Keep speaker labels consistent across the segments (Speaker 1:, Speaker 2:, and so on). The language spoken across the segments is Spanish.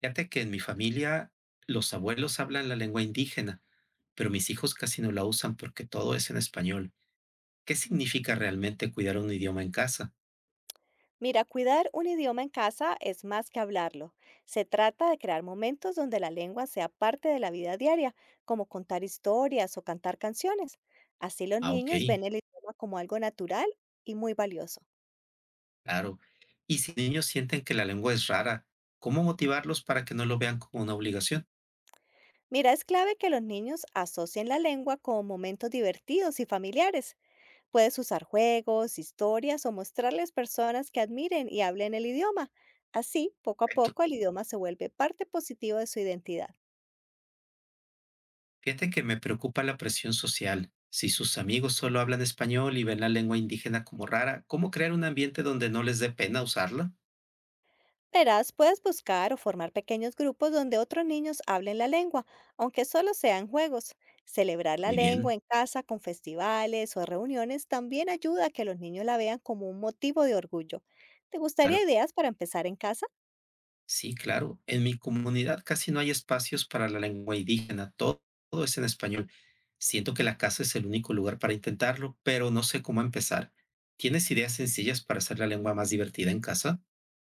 Speaker 1: Fíjate que en mi familia los abuelos hablan la lengua indígena, pero mis hijos casi no la usan porque todo es en español. ¿Qué significa realmente cuidar un idioma en casa?
Speaker 2: Mira, cuidar un idioma en casa es más que hablarlo. Se trata de crear momentos donde la lengua sea parte de la vida diaria, como contar historias o cantar canciones. Así los
Speaker 1: Ah, ok,
Speaker 2: niños ven el idioma como algo natural y muy valioso.
Speaker 1: claro. Y si niños sienten que la lengua es rara, ¿cómo motivarlos para que no lo vean como una obligación?
Speaker 2: Mira, es clave que los niños asocien la lengua con momentos divertidos y familiares. Puedes usar juegos, historias o mostrarles personas que admiren y hablen el idioma. Así, poco a
Speaker 1: Perfecto.
Speaker 2: poco, el idioma se vuelve parte positiva de su identidad.
Speaker 1: Fíjate que me preocupa la presión social. Si sus amigos solo hablan español y ven la lengua indígena como rara, ¿cómo crear un ambiente donde no les dé pena usarla?
Speaker 2: Verás, puedes buscar o formar pequeños grupos donde otros niños hablen la lengua, aunque solo sean juegos. Celebrar la
Speaker 1: Muy bien,
Speaker 2: lengua en casa con festivales o reuniones también ayuda a que los niños la vean como un motivo de orgullo. ¿Te gustaría
Speaker 1: claro.
Speaker 2: ideas para empezar en casa?
Speaker 1: Sí, claro. En mi comunidad casi no hay espacios para la lengua indígena, todo es en español. Siento que la casa es el único lugar para intentarlo, pero no sé cómo empezar. ¿Tienes ideas sencillas para hacer la lengua más divertida en casa?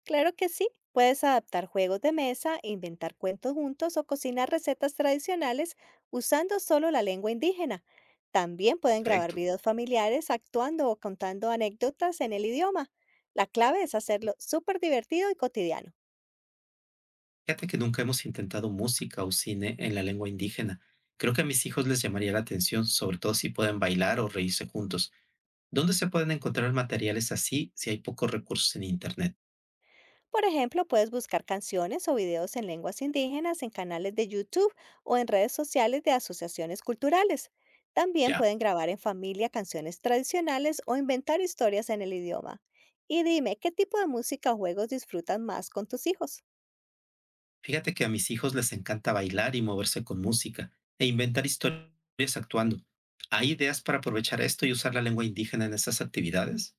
Speaker 2: Claro que sí, puedes adaptar juegos de mesa, inventar cuentos juntos o cocinar recetas tradicionales usando solo la lengua indígena. También pueden grabar
Speaker 1: Perfecto.
Speaker 2: videos familiares actuando o contando anécdotas en el idioma. La clave es hacerlo súper divertido y cotidiano.
Speaker 1: Fíjate que nunca hemos intentado música o cine en la lengua indígena. Creo que a mis hijos les llamaría la atención, sobre todo si pueden bailar o reírse juntos. ¿Dónde se pueden encontrar materiales así si hay pocos recursos en Internet?
Speaker 2: Por ejemplo, puedes buscar canciones o videos en lenguas indígenas en canales de YouTube o en redes sociales de asociaciones culturales. También
Speaker 1: Ya.
Speaker 2: pueden grabar en familia canciones tradicionales o inventar historias en el idioma. Y dime, ¿qué tipo de música o juegos disfrutan más con tus hijos?
Speaker 1: Fíjate que a mis hijos les encanta bailar y moverse con música e inventar historias actuando. ¿Hay ideas para aprovechar esto y usar la lengua indígena en esas actividades?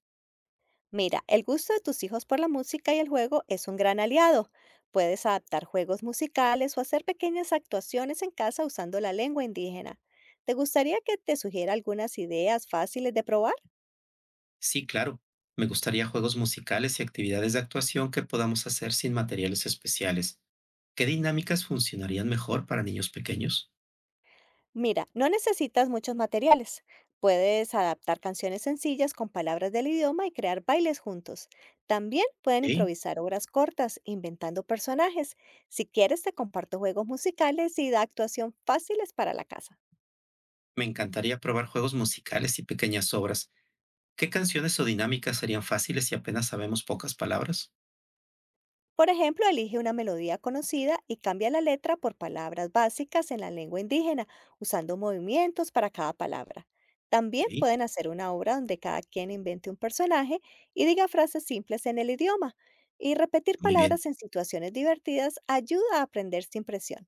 Speaker 2: Mira, el gusto de tus hijos por la música y el juego es un gran aliado. Puedes adaptar juegos musicales o hacer pequeñas actuaciones en casa usando la lengua indígena. ¿Te gustaría que te sugiera algunas ideas fáciles de probar?
Speaker 1: Sí, claro. Me gustaría juegos musicales y actividades de actuación que podamos hacer sin materiales especiales. ¿Qué dinámicas funcionarían mejor para niños pequeños?
Speaker 2: Mira, no necesitas muchos materiales. Puedes adaptar canciones sencillas con palabras del idioma y crear bailes juntos. También pueden
Speaker 1: Sí,
Speaker 2: improvisar obras cortas, inventando personajes. Si quieres, te comparto juegos musicales y de actuación fáciles para la casa.
Speaker 1: me encantaría probar juegos musicales y pequeñas obras. ¿Qué canciones o dinámicas serían fáciles si apenas sabemos pocas palabras?
Speaker 2: Por ejemplo, elige una melodía conocida y cambia la letra por palabras básicas en la lengua indígena, usando movimientos para cada palabra. También
Speaker 1: Ok,
Speaker 2: pueden hacer una obra donde cada quien invente un personaje y diga frases simples en el idioma. Y repetir
Speaker 1: muy bien.
Speaker 2: palabras en situaciones divertidas ayuda a aprender sin presión.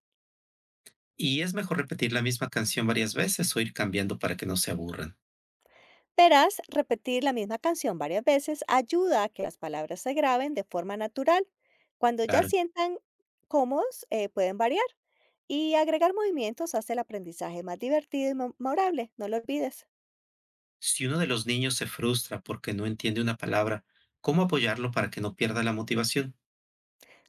Speaker 1: Y es mejor repetir la misma canción varias veces o ir cambiando para que no se aburran.
Speaker 2: Verás, repetir la misma canción varias veces ayuda a que las palabras se graben de forma natural. Cuando ya
Speaker 1: Claro.
Speaker 2: sientan cómodos, pueden variar. Y agregar movimientos hace el aprendizaje más divertido y memorable, no lo olvides.
Speaker 1: Si uno de los niños se frustra porque no entiende una palabra, ¿cómo apoyarlo para que no pierda la motivación?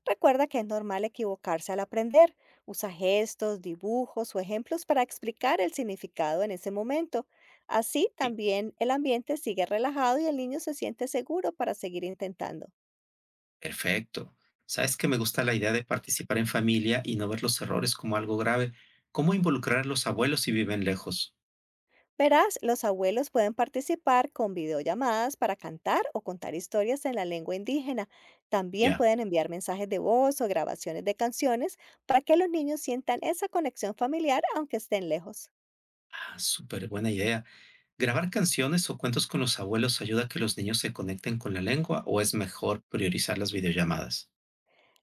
Speaker 2: Recuerda que es normal equivocarse al aprender. Usa gestos, dibujos o ejemplos para explicar el significado en ese momento. Así
Speaker 1: Sí.
Speaker 2: también el ambiente sigue relajado y el niño se siente seguro para seguir intentando.
Speaker 1: Perfecto. Sabes que me gusta la idea de participar en familia y no ver los errores como algo grave. ¿Cómo involucrar a los abuelos si viven lejos?
Speaker 2: Verás, los abuelos pueden participar con videollamadas para cantar o contar historias en la lengua indígena. También
Speaker 1: Ya.
Speaker 2: pueden enviar mensajes de voz o grabaciones de canciones para que los niños sientan esa conexión familiar aunque estén lejos.
Speaker 1: Ah, súper buena idea. ¿Grabar canciones o cuentos con los abuelos ayuda a que los niños se conecten con la lengua o es mejor priorizar las videollamadas?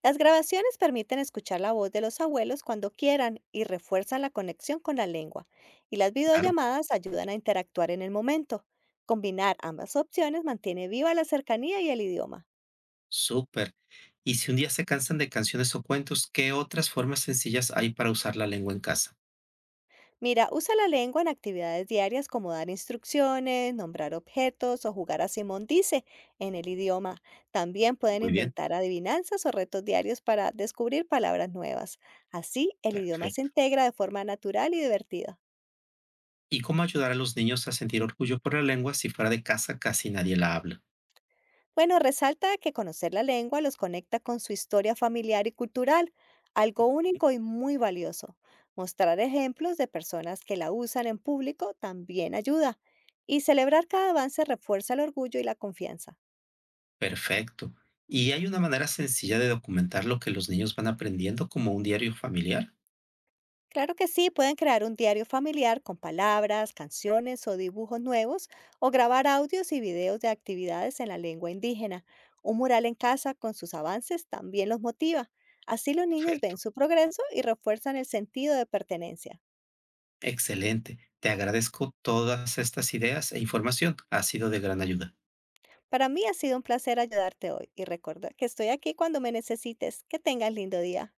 Speaker 2: Las grabaciones permiten escuchar la voz de los abuelos cuando quieran y refuerzan la conexión con la lengua. Y las
Speaker 1: Claro.
Speaker 2: videollamadas ayudan a interactuar en el momento. Combinar ambas opciones mantiene viva la cercanía y el idioma.
Speaker 1: Súper. Y si un día se cansan de canciones o cuentos, ¿qué otras formas sencillas hay para usar la lengua en casa?
Speaker 2: Mira, usa la lengua en actividades diarias como dar instrucciones, nombrar objetos o jugar a Simón dice en el idioma. También pueden
Speaker 1: Muy bien,
Speaker 2: inventar adivinanzas o retos diarios para descubrir palabras nuevas. Así, el idioma se
Speaker 1: perfecto.
Speaker 2: integra de forma natural y divertida.
Speaker 1: ¿Y cómo ayudar a los niños a sentir orgullo por la lengua si fuera de casa casi nadie la habla?
Speaker 2: Bueno, resalta que conocer la lengua los conecta con su historia familiar y cultural, algo único y muy valioso. Mostrar ejemplos de personas que la usan en público también ayuda. Y celebrar cada avance refuerza el orgullo y la confianza.
Speaker 1: Perfecto. ¿Y hay una manera sencilla de documentar lo que los niños van aprendiendo como un diario familiar?
Speaker 2: Claro que sí, pueden crear un diario familiar con palabras, canciones o dibujos nuevos o grabar audios y videos de actividades en la lengua indígena. Un mural en casa con sus avances también los motiva. Así los niños ven
Speaker 1: Perfecto.
Speaker 2: su progreso y refuerzan el sentido de pertenencia.
Speaker 1: Excelente. Te agradezco todas estas ideas e información. Ha sido de gran ayuda.
Speaker 2: Para mí ha sido un placer ayudarte hoy y recuerda que estoy aquí cuando me necesites. Que tengas lindo día.